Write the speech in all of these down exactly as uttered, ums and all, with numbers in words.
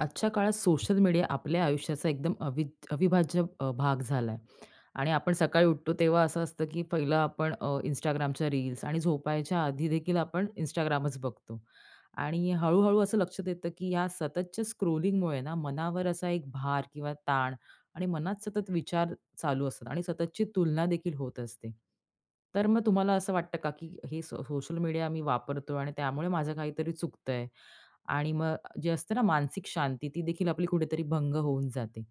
आजच्या काळात social media आपल्या आयुष्याचा एकदम अवि अविभाज्य अ, भाग झाला आहे आणि आपण सकाळी उठतो तेव्हा असं असतं की पहिलं आपण अ, Instagramच्या रील्स आणि झोपायच्या आधी देखील आपण Instagramच बघतो आणि हळूहळू असं लक्षात येतं की ह्या सततच्या स्क्रोलिंगमुळे ना मनावर असा एक भार किंवा ताण आणि मनात सतत विचार चालू असतात आणि सततची तुलना देखील होत असते. तर मग तुम्हाला असं वाटतं का की हे सो सोशल मीडिया मी वापरतो आणि त्यामुळे माझं काहीतरी चुकतंय आणि मग जे असतं ना मानसिक शांती, ती देखील आपली कुठेतरी भंग होऊन जाते.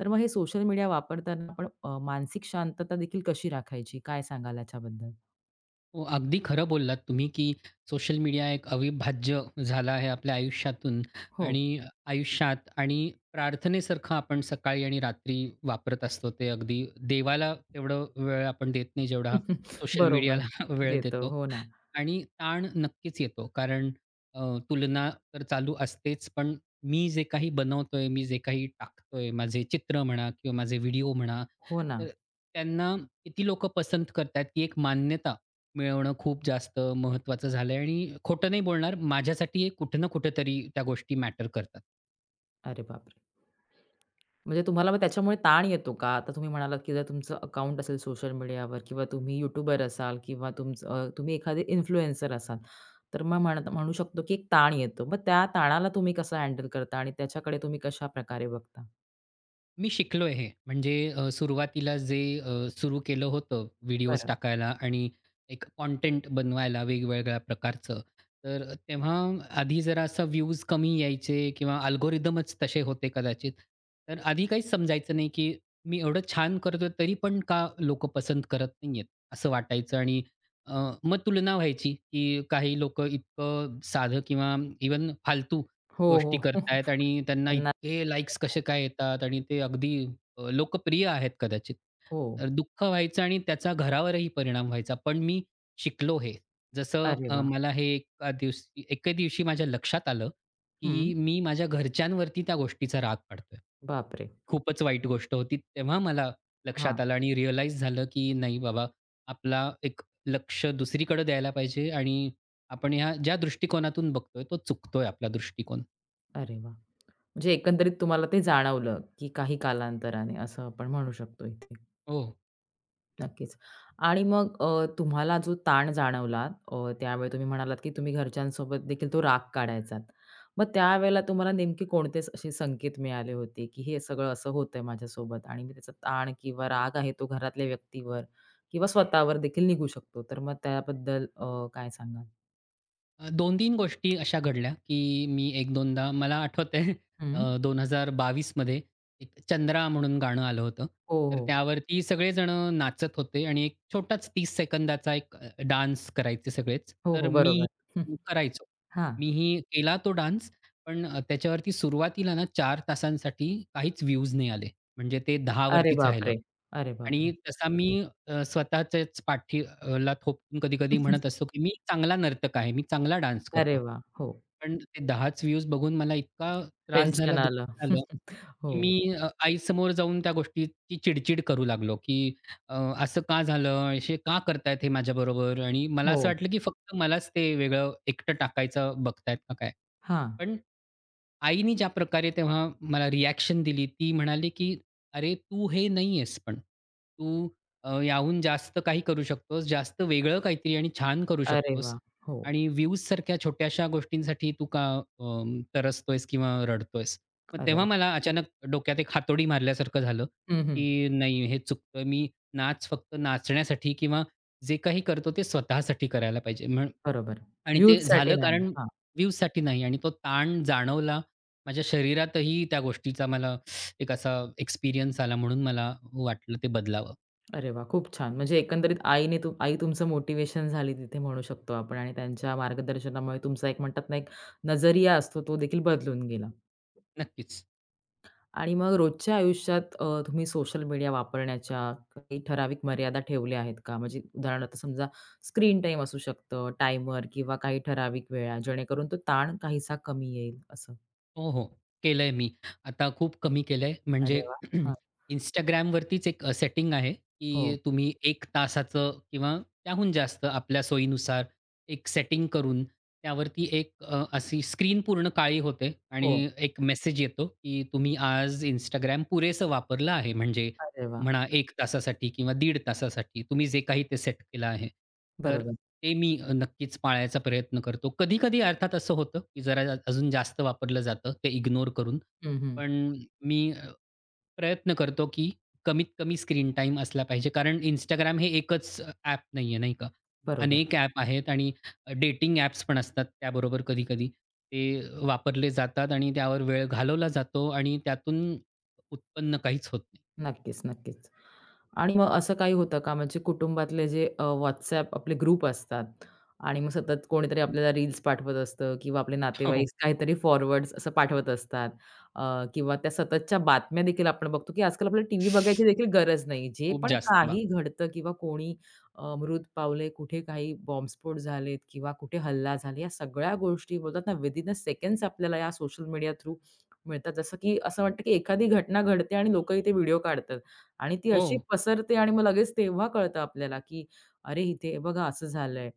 तर मग हे सोशल मीडिया वापरताना आपण अ, मानसिक शांतता देखील कशी राखायची? काय सांगाल याच्याबद्दल? हो, अगदी खरं बोललात तुम्ही, की सोशल मीडिया एक अविभाज्य झाला आहे आपल्या आयुष्यातून हो. आणि आयुष्यात आणि प्रार्थनेसारखं आपण सकाळी आणि रात्री वापरत असतो. ते अगदी देवाला तेवढं वेळ आपण देत नाही, जेवढा सोशल बरोबर. मीडियाला वेळ देतं. देतो. हो ना. आणि ताण नक्कीच येतो. कारण अ, तुलना तर चालू असतेच, पण मी जे काही बनवतोय, मी जे काही टाकतोय, माझे चित्र म्हणा किंवा माझे व्हिडिओ म्हणा, हो ना. तर त्यांना किती लोकं पसंत करतायत, ही एक मान्यता मिळवणं खूप जास्त महत्त्वाचं झालंय. आणि खोटं नाही बोलणार, माझ्यासाठी हे कुठं ना कुठेतरी त्या गोष्टी मॅटर करतात. अरे बापरे! म्हणजे तुम्हाला मग त्याच्यामुळे ताण येतो का? आता तुम्ही म्हणालात, की जर तुमचं अकाउंट असेल सोशल मीडियावर किंवा तुम्ही यूट्यूबर असाल किंवा तुमचं अ, तुम्ही एखादे इन्फ्लुएन्सर असाल, तर मग म्हणत म्हणू शकतो, की एक ताण येतो. मग त्या ताणाला तुम्ही कसं हँडल करता आणि त्याच्याकडे तुम्ही कशाप्रकारे बघता? मी शिकलोय हे. म्हणजे अ, सुरुवातीला जे अ, सुरू केलं होतं व्हिडिओज बरं. टाकायला आणि एक कंटेंट बनवायला वेगवेगळ्या प्रकारचं. तर अ, तेव्हा आधी जरा असं व्ह्यूज कमी यायचे किंवा अल्गोरिदमच तसे होते कदाचित. तर आधी काहीच समजायचं नाही, की मी एवढं छान करतोय तरी पण का लोकं पसंत करत नाहीयेत, असं वाटायचं. आणि अ, मग तुलना व्हायची, की काही लोकं इतकं साधं किंवा इव्हन फालतू हो, गोष्टी हो. करतायत आणि त्यांना त्यांना इतके लाइक्स कसे काय येतात आणि ते अगदी अ, लोकप्रिय आहेत कदाचित. हो. तर दुःख व्हायचं आणि त्याचा घरावरही परिणाम व्हायचा. पण मी शिकलो हे. जसं अरे अ, वाह! मला हे एका दिवशी एके दिवशी माझ्या लक्षात आलं, हं. की मी माझ्या घरच्यांवरती त्या गोष्टीचा राग काढतोय. बापरे! खूपच वाईट गोष्ट होती. तेव्हा मला लक्षात हां. आलं आणि रिअलाईज झालं, की नाही बाबा, आपला एक लक्ष दुसरीकडे द्यायला पाहिजे आणि आपण ह्या ज्या दृष्टिकोनातून बघतोय तो चुकतोय आपला दृष्टिकोन. अरे वाह! म्हणजे एकंदरीत तुम्हाला ते जाणवलं, की काही कालांतराने असं आपण म्हणू शकतो इथे. हो. नक्कीच. आणि मग अ, तुम्हाला जो ताण जाणवला अ, त्यावेळी तुम्ही म्हणालात, की तुम्ही घरच्यांसोबत देखील तो राग काढायचात. मग त्यावेळेला तुम्हाला नेमके कोणते असे संकेत मिळाले होते, की हे सगळं असं होतंय माझ्यासोबत आणि मी त्याचा ताण किंवा राग आहे तो घरातल्या व्यक्तीवर किंवा स्वतःवर देखील निघू शकतो. तर मग त्याबद्दल अ, काय सांगाल? अ, दोन-तीन गोष्टी अशा घडल्या, की मी एक दोनदा मला आठवतंय. हं. अ, दोन हजार बावीस मध्ये एक चंद्रा म्हणून गाणं आलं होतं. हो, तर हो. त्यावरती सगळेजणं नाचत होते आणि एक छोटाच तीस सेकंदाचा एक अ, डान्स करायचे सगळेच. हो, तर हो. मी बरोबर. हं. करायचो. हां. मीही केला तो डान्स, पण अ, त्याच्यावरती सुरुवातीला ना चार तासांसाठी काहीच व्ह्यूज नाही आले. म्हणजे ते दहा अरे राहिलं. बापरे! अरे बापरे! आणि तसा मी अ, स्वतःच्याच पाठी ला थोपटून कधी-कधी म्हणत असतो, की "मी चांगला नर्तक आहे, मी चांगला डान्स अरे करतो." वाह! हो. पण ते दहाच व्ह्यूज बघून मला इतका त्रास झाला, टेन्शन दुःख आलं. झालं, हो, की मी अ, आईसमोर जाऊन त्या गोष्टीची चिडचिड करू लागलो, की अ, "असं का झालं? असे का करतायत हे माझ्याबरोबर?" आणि मला असं हो. वाटलं, की फक्त मलाच ते वेगळं एकटं टाकायचं बघतायत का काय? हां. पण आईनी ज्या प्रकारे तेव्हा मला रिॲक्शन दिली, ती म्हणाली, की "अरे, तू हे नाही आहेस पण. तू अ, याहून जास्त काही करू शकतोस, जास्त वेगळं काहीतरी आणि छान करू अरे शकतोस वाह! हो. आणि व्ह्यूजसारख्या छोट्याशा गोष्टींसाठी तू का अं, तरसतोयस किंवा रडतोयस?" मग अरे तेव्हा वाह! मला अचानक डोक्यात एक हातोडी मारल्यासारखं झालं, हं, हं. की नाही हे चुकतंय. मी नाच फक्त नाचण्यासाठी किंवा जे काही करतो ते स्वतःसाठी करायला पाहिजे. बरोबर. आणि ते व्ह्यूजसाठी झालं नाही. कारण हां. व्ह्यूजसाठी नाही. आणि तो ताण जाणवला. माझ्या शरीरातही त्या गोष्टीचा मला एक असा एक्सपिरियन्स आला म्हणून मला वाटलं ते बदलावं. अरे वाह! खूप छान. म्हणजे एकंदरीत आईने तू आई तुमचं मोटिव्हेशन झाली तिथे म्हणू शकतो आपण आणि त्यांच्या मार्गदर्शनामुळे तुमचा एक म्हणतात ना, एक नजरिया असतो तो देखील बदलून गेला. नक्कीच. आणि मग रोजच्या आयुष्यात अ, तुम्ही सोशल मीडिया वापरण्याच्या काही ठराविक मर्यादा ठेवल्या आहेत का? म्हणजे उदाहरणार्थ समजा स्क्रीन टाईम असू शकतं, टायमर किंवा काही ठराविक वेळा, जेणेकरून तो ताण काहीसा कमी येईल असं? हो, हो. केलंय मी. आता खूप कमी केलंय. म्हणजे अरे वाह! हां. Instagramवरतीच एक सेटिंग आहे, हो, की तुम्ही एक तासाचं किंवा त्याहून जास्त आपल्या सोयीनुसार एक सेटिंग करून त्यावरती एक अ, अशी स्क्रीन पूर्ण काळी होते हो. आणि एक मेसेज येतो, की तुम्ही आज Instagram पुरेसं वापरलं आहे. म्हणजे अरे वाह! म्हणा एक तासासाठी किंवा दीड तासासाठी तुम्ही जे काही ते सेट केलं आहे. तर बरोबर. ते मी अ, नक्कीच पाळायचा प्रयत्न करतो. कधी-कधी अर्थात असं होतं, की जरा जा- अजून जास्त वापरलं जातं ते इग्नोर करून. हं, हं. पण मी अ, प्रयत्न करतो, की कमीत कमी स्क्रीन टाईम असला पाहिजे. कारण इंस्टाग्राम हे एकच ॲप नाहीये, नाही का? बरोबर. अनेक ॲप आहेत आणि डेटिंग ॲप्स पण असतात त्याबरोबर कधी-कधी. ते वापरले जातात आणि त्यावर वेळ घालवला जातो आणि त्यातून उत्पन्न काहीच होत नाही. नक्कीच, नक्कीच. आणि मग असं काही होतं का म्हणजे कुटुंबातले जे अ, WhatsApp आपले ग्रुप असतात आणि मग सतत कोणीतरी आपल्याला रील्स पाठवत असतं किंवा आपले हो, नातेवाईक काहीतरी फॉरवर्ड्स असं पाठवत असतात अ, किंवा त्या सततच्या बातम्या देखील आपण बघतो, की आजकाल आपल्याला टीव्ही बघायची देखील गरज नाही. जे खूप पण जास्त बाब काही घडतं किंवा कोणी अ, मृत पावले, कुठे काही बॉम्बस्फोट झालेत किंवा कुठे हल्ला झाला, या सगळ्या गोष्टी बोलतात ना विथिन अ सेकंड्स आपल्याला या सोशल मीडिया थ्रू मिळतात. जसं की असं वाटतं, की एखादी घटना घडते आणि लोकं इथे व्हिडिओ काढतात. आणि ती हो. अशी पसरते आणि मग लगेच तेव्हा कळतं आपल्याला, की "अरे, इथे हे बघा असं झालंय"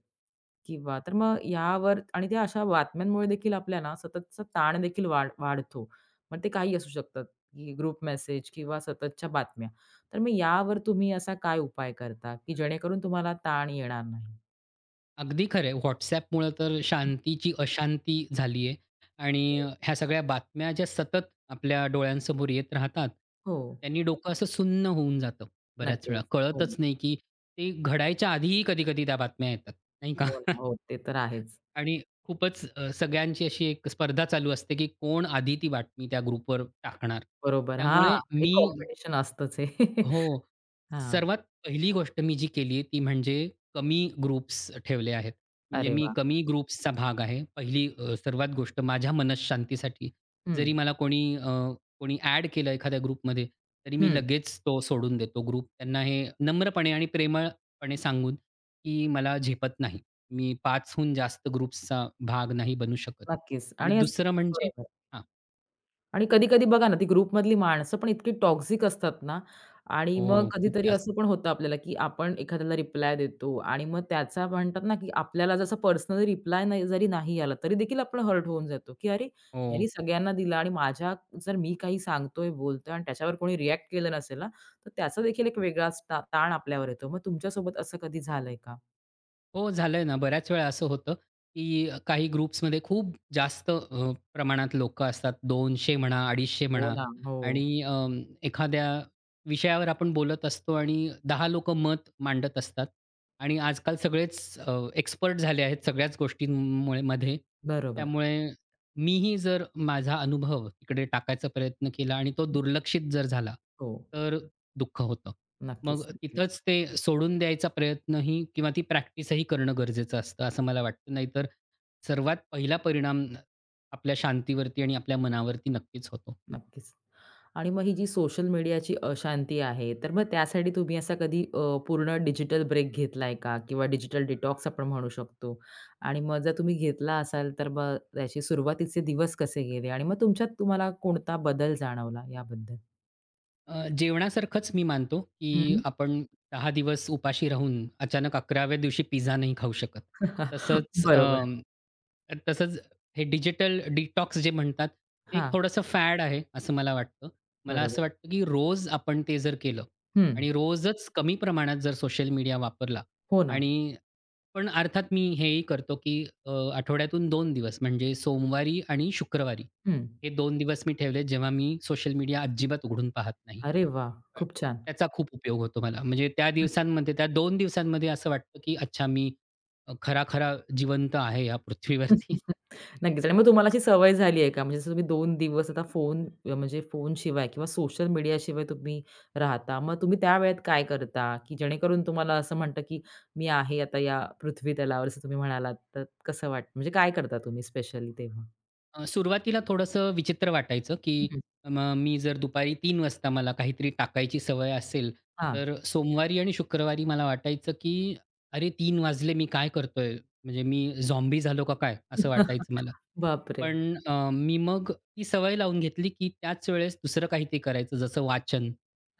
किंवा तर मग यावर आणि त्या अशा बातम्यांमुळे देखील आपल्याला सततचा ताण देखील वाढ वाढतो. मग ते काही असू शकतात, की ग्रुप मेसेज किंवा सततच्या बातम्या. तर मग यावर तुम्ही असा काय उपाय करता, की जेणेकरून तुम्हाला ताण येणार नाही? अगदी खरं आहे. WhatsAppमुळं तर शांतीची अशांती झाली आहे आणि हो. ह्या सगळ्या बातम्या ज्या सतत आपल्या डोळ्यांसमोर येत राहतात, हो, त्यांनी डोकं असं सुन्न होऊन जातं बऱ्याच नक्कीच. वेळा. हो, कळतच नाही, की ते घडायच्या आधीही कधी-कधी त्या बातम्या येतात, नाही का? हो ना. हो, ते तर आहेच. आणि खूपच अ, सगळ्यांची अशी एक स्पर्धा चालू असते, की कोण आधी ती बातमी त्या ग्रुपवर टाकणार. बरोबर. हां, त्यामुळे एक मी कॉम्पिटिशन असतंच हे. हो. हां. सर्वात पहिली गोष्ट मी जी केली ती म्हणजे कमी ग्रुप्स ठेवले आहेत. म्हणजे अरे मी वाह! कमी ग्रुप्सचा भाग आहे. पहिली अ, सर्वात गोष्ट माझ्या मनःशांतीसाठी. हं, जरी मला कोणी अ, कोणी ॲड केलं एखाद्या ग्रुपमध्ये, तरी मी हं. लगेच तो सोडून देतो ग्रुप. त्यांना हे नम्रपणे आणि प्रेमळपणे सांगून, की मला झेपत नाही. मी पाच जास्त ग्रुप्सचा भाग नाही बनू शकत. नक्कीच आणि आणि असं दुसरं म्हणजे बरोबर हां. आणि कधी-कधी बघा ना, ती ग्रुपमधली माणसं पण इतकी टॉक्सिक असतात ना आणि मग हो, खूप कधीतरी जास्त. असं पण होतं आपल्याला, की आपण एखाद्याला रिप्लाय देतो आणि मग त्याचा म्हणतात ना, की आपल्याला जसा पर्सनली रिप्लाय नाही जरी नाही आला, तरी देखील आपण हर्ट होऊन जातो, की "अरे, यांनी हो. सगळ्यांना दिला आणि माझ्या जर मी काही सांगतोय, बोलतोय आणि त्याच्यावर कोणी रिएक्ट केलं नसेल ना, तर त्याचा देखील एक वेगळाच ता ताण आपल्यावर येतो." मग तुमच्यासोबत असं कधी झालंय का? हो, झालंय ना. बऱ्याच वेळा असं होतं, की काही ग्रुप्समध्ये खूप जास्त अ, प्रमाणात लोकं असतात. दोनशे म्हणा, अडीचशे हो म्हणा. ना. हो. आणि अ, एखाद्या विषयावर आपण बोलत असतो आणि दहा लोकं मत मांडत असतात आणि आजकाल सगळेच एक्सपर्ट झाले आहेत सगळ्याच गोष्टींमुळे मध्ये. बरोबर. त्यामुळे मीही जर माझा अनुभव तिकडे टाकायचा प्रयत्न केला आणि तो दुर्लक्षित जर झाला, हो. तर दुःख होतं. मग नक्कीच, नक्कीच. तिथंच ते सोडून द्यायचा प्रयत्नही किंवा ती प्रॅक्टिसही करणं गरजेचं असतं, असं मला वाटतं. नाहीतर सर्वात पहिला परिणाम आपल्या शांतीवरती आणि आपल्या मनावरती नक्कीच होतो. नक्कीच. आणि मग ही जी सोशल मीडियाची अशांती आहे, तर मग त्यासाठी तुम्ही असा कधी अ, पूर्ण डिजिटल ब्रेक घेतलाय का? किंवा डिजिटल डिटॉक्स आपण म्हणू शकतो. आणि मग जर तुम्ही घेतला असाल, तर मग त्याचे सुरुवातीचे दिवस कसे गेले? आणि मग तुमच्यात तुम्हाला कोणता बदल जाणवला याबद्दल? अ, जेवणासारखंच मी मानतो, की हं. आपण दहा दिवस उपाशी राहून अचानक अकराव्या दिवशी पिझ्झा नाही खाऊ शकत. तसंच बरोबर. अं, तसंच हे डिजिटल डिटॉक्स जे म्हणतात, ते एक हां, थोडंसं फॅड आहे, असं मला वाटतं. मला बरोबर. असं वाटतं, की रोज आपण ते जर केलं हं. आणि रोजच कमी प्रमाणात जर सोशल मीडिया वापरला हो ना. आणि पण अर्थात मी हेही करतो, की अ, आठवड्यातून दोन दिवस म्हणजे सोमवारी आणि शुक्रवारी हं. हे दोन दिवस मी ठेवले, जेव्हा मी सोशल मीडिया अजिबात उघडून पाहत नाही. अरे वाह! खूप छान. त्याचा खूप उपयोग होतो मला. म्हणजे त्या दिवसांमध्ये, त्या दोन दिवसांमध्ये असं वाटतं, की अच्छा मी अ, खरा-खरा जिवंत आहे या पृथ्वीवरती. नक्कीच आणि मग तुम्हाला अशी सवय झाली आहे का? म्हणजे जसं तुम्ही दोन दिवस आता फोन अ, म्हणजे फोनशिवाय किंवा सोशल मीडियाशिवाय तुम्ही राहता. मग तुम्ही त्या वेळेत काय करता? की जेणेकरून तुम्हाला असं म्हणतं, की मी आहे आता या पृथ्वी तलावर असं तुम्ही म्हणालात, तर कसं वाटतं? म्हणजे काय करता तुम्ही स्पेशली तेव्हा? अ, सुरुवातीला थोडंसं विचित्र वाटायचं, की हं. मग मी जर दुपारी तीन वाजता मला काहीतरी टाकायची सवय असेल, हां. तर सोमवारी आणि शुक्रवारी मला वाटायचं, की "अरे तीन वाजले मी काय करतोय? म्हणजे मी झॉम्बी झालो का काय?" असं वाटायचं मला. बापरे! पण अ, मी मग ती सवय लावून घेतली, की त्याच वेळेस दुसरं काहीतरी करायचं जसं वाचन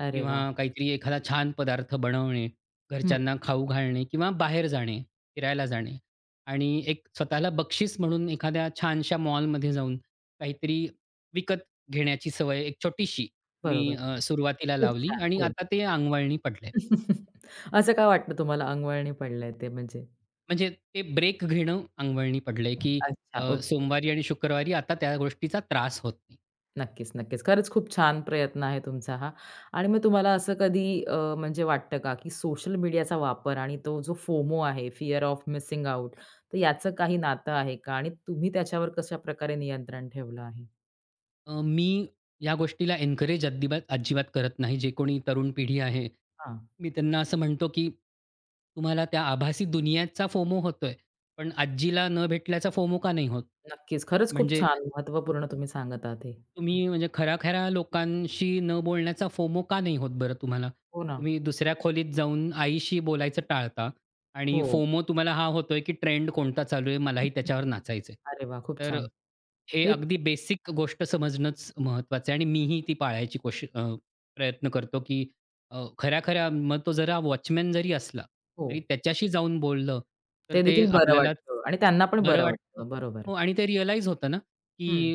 अरे किंवा वाह! काहीतरी एखादा छान पदार्थ बनवणे, हं. घरच्यांना खाऊ घालणे किंवा बाहेर जाणे, फिरायला जाणे आणि एक स्वतःला बक्षीस म्हणून एखाद्या छानशा मॉलमध्ये जाऊन काहीतरी विकत घेण्याची सवय एक छोटीशी मी बरोबर. अ, सुरुवातीला खूप लावली छान. आणि हो. आता ते अंगवळणी पडलंय. असं का वाटलं तुम्हाला अंगवळणी पडलंय ते म्हणजे? म्हणजे ते ब्रेक घेणं अंगवळणी पडलंय, की अच्छा. अ, सोमवारी आणि शुक्रवारी आता त्या गोष्टीचा त्रास होत नाही. नक्कीच, नक्कीच. खरंच खूप छान प्रयत्न आहे तुमचा हा. आणि मग तुम्हाला असं कधी अ, म्हणजे वाटतं का, की सोशल मीडियाचा वापर आणि तो जो फोमो आहे, फिअर ऑफ मिसिंग आउट, तर याचं काही नातं आहे का? आणि तुम्ही त्याच्यावर कशाप्रकारे नियंत्रण ठेवलं आहे? अ, मी या गोष्टीला एन्करेज अद्दिबात अजिबात करत नाही. जे कोणी तरुण पिढी आहे, हां, मी त्यांना असं म्हणतो, की तुम्हाला त्या आभासी दुनियाचा फोमो होतोय, पण आजीला न भेटल्याचा फोमो का नाही होत? नक्कीच. खरंच खूप म्हणजे छान हं. महत्त्वपूर्ण तुम्ही सांगत आहात हे. तुम्ही म्हणजे खऱ्या-खऱ्या लोकांशी न बोलण्याचा फोमो का नाही होत बरं तुम्हाला? हो ना. तुम्ही दुसऱ्या खोलीत जाऊन आईशी बोलायचं टाळता आणि हो. फोमो तुम्हाला हा होतोय, की ट्रेंड कोणता चालू आहे, मलाही त्याच्यावर नाचायचंय. अरे वाह! खूप तर छान. हे हेच अगदी बेसिक गोष्ट समजणंच महत्त्वाचं आहे आणि मीही ती पाळायची कोशी अ, प्रयत्न करतो, की अ, खऱ्या-खऱ्या मग तो जरा वॉचमन जरी असला, हो. तरी त्याच्याशी जाऊन बोललं, तर ते ते देखील बरं आपल्याला वाटतं आणि त्यांना पण बरं बरं वाटतं वाटतं. बरोबर. हो. आणि ते रिअलाईज होतं ना, की हं.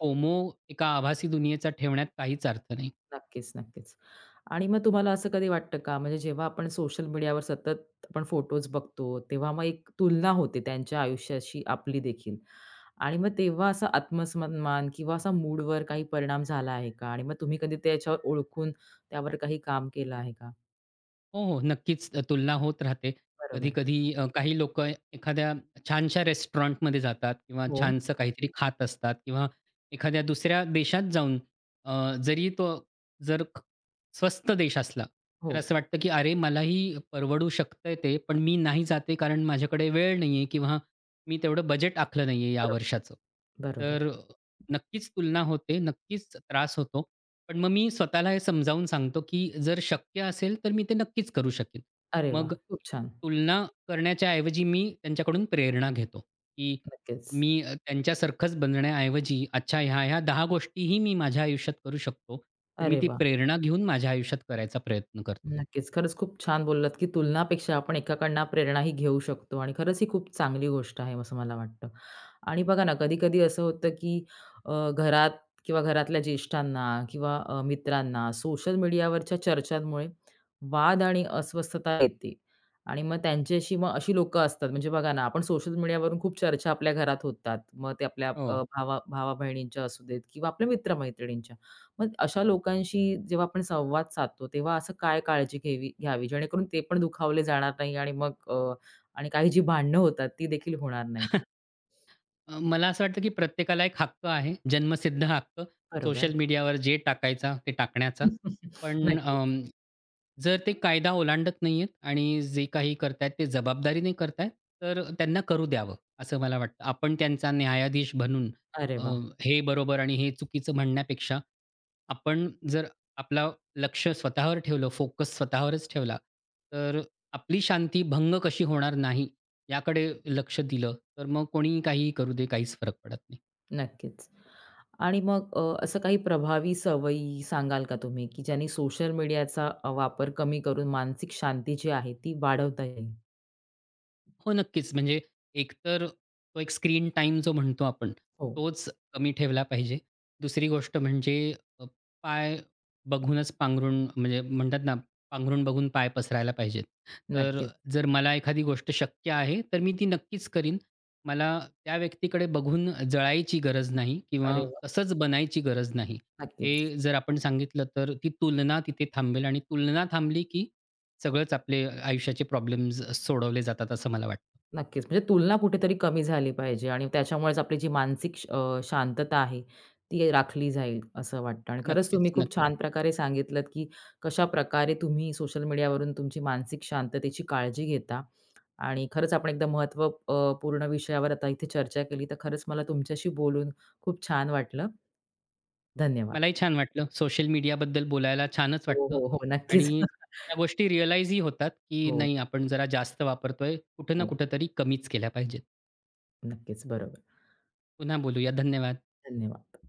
फोमो एका आभासी दुनियेचा ठेवण्यात काहीच अर्थ नाही. नक्कीच, नक्कीच. आणि मग तुम्हाला असं कधी वाटतं का, म्हणजे जेव्हा आपण सोशल मीडियावर सतत आपण फोटोज बघतो, तेव्हा मग एक तुलना होते त्यांच्या आयुष्याशी आपली देखील. आणि मग तेव्हा असा आत्मसन्मान किंवा असा मूडवर काही परिणाम झाला आहे का? आणि मग तुम्ही कधी त्याच्यावर ओळखून त्यावर काही काम केलं आहे का? हो, हो. नक्कीच अ, तुलना होत राहते. बरोबर. कधी-कधी अ, काही लोकं एखाद्या छानशा रेस्टॉरंटमध्ये जातात किंवा हो, छानसं काहीतरी खात असतात किंवा एखाद्या दुसऱ्या देशात जाऊन अ, जरी तो जर ख स्वस्त देश असला, हो. तर असं वाटतं की "अरे, मलाही परवडू शकतंय ते, पण मी नाही जाते कारण माझ्याकडे वेळ नाहीये किंवा मी तेवढं बजेट आखलं नाहीये या बरोबर, वर्षाचं." बरोबर. तर नक्कीच तुलना होते, नक्कीच त्रास होतो. पण मग मी स्वतःला हे समजावून सांगतो, की जर शक्य असेल तर मी ते नक्कीच करू शकेन. अरे वाह! मग खूप छान. तुलना करण्याच्या ऐवजी मी त्यांच्याकडून प्रेरणा घेतो, की नक्कीच. मी अ, त्यांच्यासारखंच बनण्याऐवजी अच्छा ह्या-ह्या दहा गोष्टीही मी माझ्या आयुष्यात करू शकतो. तर मी अरे ती वाह! प्रेरणा घेऊन माझ्या आयुष्यात करायचा प्रयत्न करतो. नक्कीच. खरंच खूप छान बोललात, की तुलनापेक्षा आपण एकाकडनं प्रेरणाही घेऊ शकतो आणि खरंच ही खूप चांगली गोष्ट आहे असं मला वाटतं. आणि बघा ना, कधी-कधी असं होतं, की अ, घरात किंवा घरातल्या ज्येष्ठांना किंवा अ, मित्रांना सोशल मीडियावरच्या चर्चांमुळे वाद आणि अस्वस्थता येते आणि मग त्यांच्याशी मग अशी लोकं असतात म्हणजे बघा ना, आपण सोशल मीडियावरून खूप चर्चा आपल्या घरात होतात. मग ते आपल्या अ, हो. भावा भावा-बहिणींच्या असू देत किंवा आपल्या मित्र मग अशा लोकांशी जेव्हा आपण संवाद साधतो, तेव्हा असं काय काळजी घ्यावी घ्यावी जेणेकरून ते पण दुखावले जाणार नाही आणि मग अ, आणि काही जी भांडणं होतात ती देखील होणार नाही. अ, मला असं वाटतं की प्रत्येकाला एक हक्क आहे, जन्मसिद्ध हक्क बरोबर. सोशल मीडियावर जे टाकायचा ते टाकण्याचा. पण नक्कीच. अं, जर ते कायदा ओलांडत नाहीयेत आणि जे काही करतायत ते जबाबदारीने करतायत, तर त्यांना करू द्यावं, असं मला वाटतं. आपण त्यांचा न्यायाधीश बनून अरे अ, वाह! हे बरोबर आणि हे चुकीचं म्हणण्यापेक्षा आपण जर आपला लक्ष स्वतःवर ठेवलं, फोकस स्वतःवरच ठेवला, तर आपली शांती भंग कशी होणार नाही याकडे लक्ष दिलं, तर मग कोणी काही करू दे, काहीच फरक पडत नाही. नक्कीच. आणि मग अ, असं काही प्रभावी सवयी सांगाल का तुम्ही, की ज्यांनी सोशल मीडियाचा वापर कमी करून मानसिक शांती जी आहे ती वाढवता येईल? हो, नक्कीच. म्हणजे एकतर तो एक स्क्रीन टाईम जो म्हणतो आपण, हो. तोच कमी ठेवला पाहिजे. दुसरी गोष्ट म्हणजे अ, पाय बघूनच पांघरून म्हणजे म्हणतात ना, पांघरून बघून पाय पसरायला पाहिजेत. तर नक्कीच. जर मला एखादी गोष्ट शक्य आहे, तर मी ती नक्कीच करीन. मला त्या व्यक्तीकडे बघून जळायची गरज नाही अरे किंवा वाह! तसंच बनायची गरज नाही. नक्कीच. हे जर आपण सांगितलं, तर ती तुलना तिथे थांबेल आणि तुलना थांबली की सगळंच आपले आयुष्याचे प्रॉब्लेम्स सोडवले जातात असं मला वाटतं. नक्कीच. म्हणजे तुलना कुठेतरी कमी झाली पाहिजे आणि त्याच्यामुळेच आपली जी मानसिक श अ, शांतता आहे, ती राखली जाईल असं वाटतं आणि खरंच नक्कीच, तुम्ही खूप नक्की. छान प्रकारे सांगितलत, की कशा प्रकारे तुम्ही सोशल मीडियावरून तुमची मानसिक शांततेची काळजी घेता आणि खरंच आपण एकदम महत्त्व अ, पूर्ण विषयावर आता इथे चर्चा केली. तर खरंच मला तुमच्याशी बोलून खूप छान वाटलं. धन्यवाद. मलाही छान वाटलं. सोशल मीडियाबद्दल बोलायला छानच हो, वाटतं. हो, हो. नक्कीच. आणि त्या गोष्टी रिअलाईजही होतात, की हो, नाही आपण जरा जास्त वापरतोय. कुठं ना हो. कुठं तरी कमीच केल्या पाहिजेत. नक्कीच. बरोबर. पुन्हा बोलूया. धन्यवाद. धन्यवाद.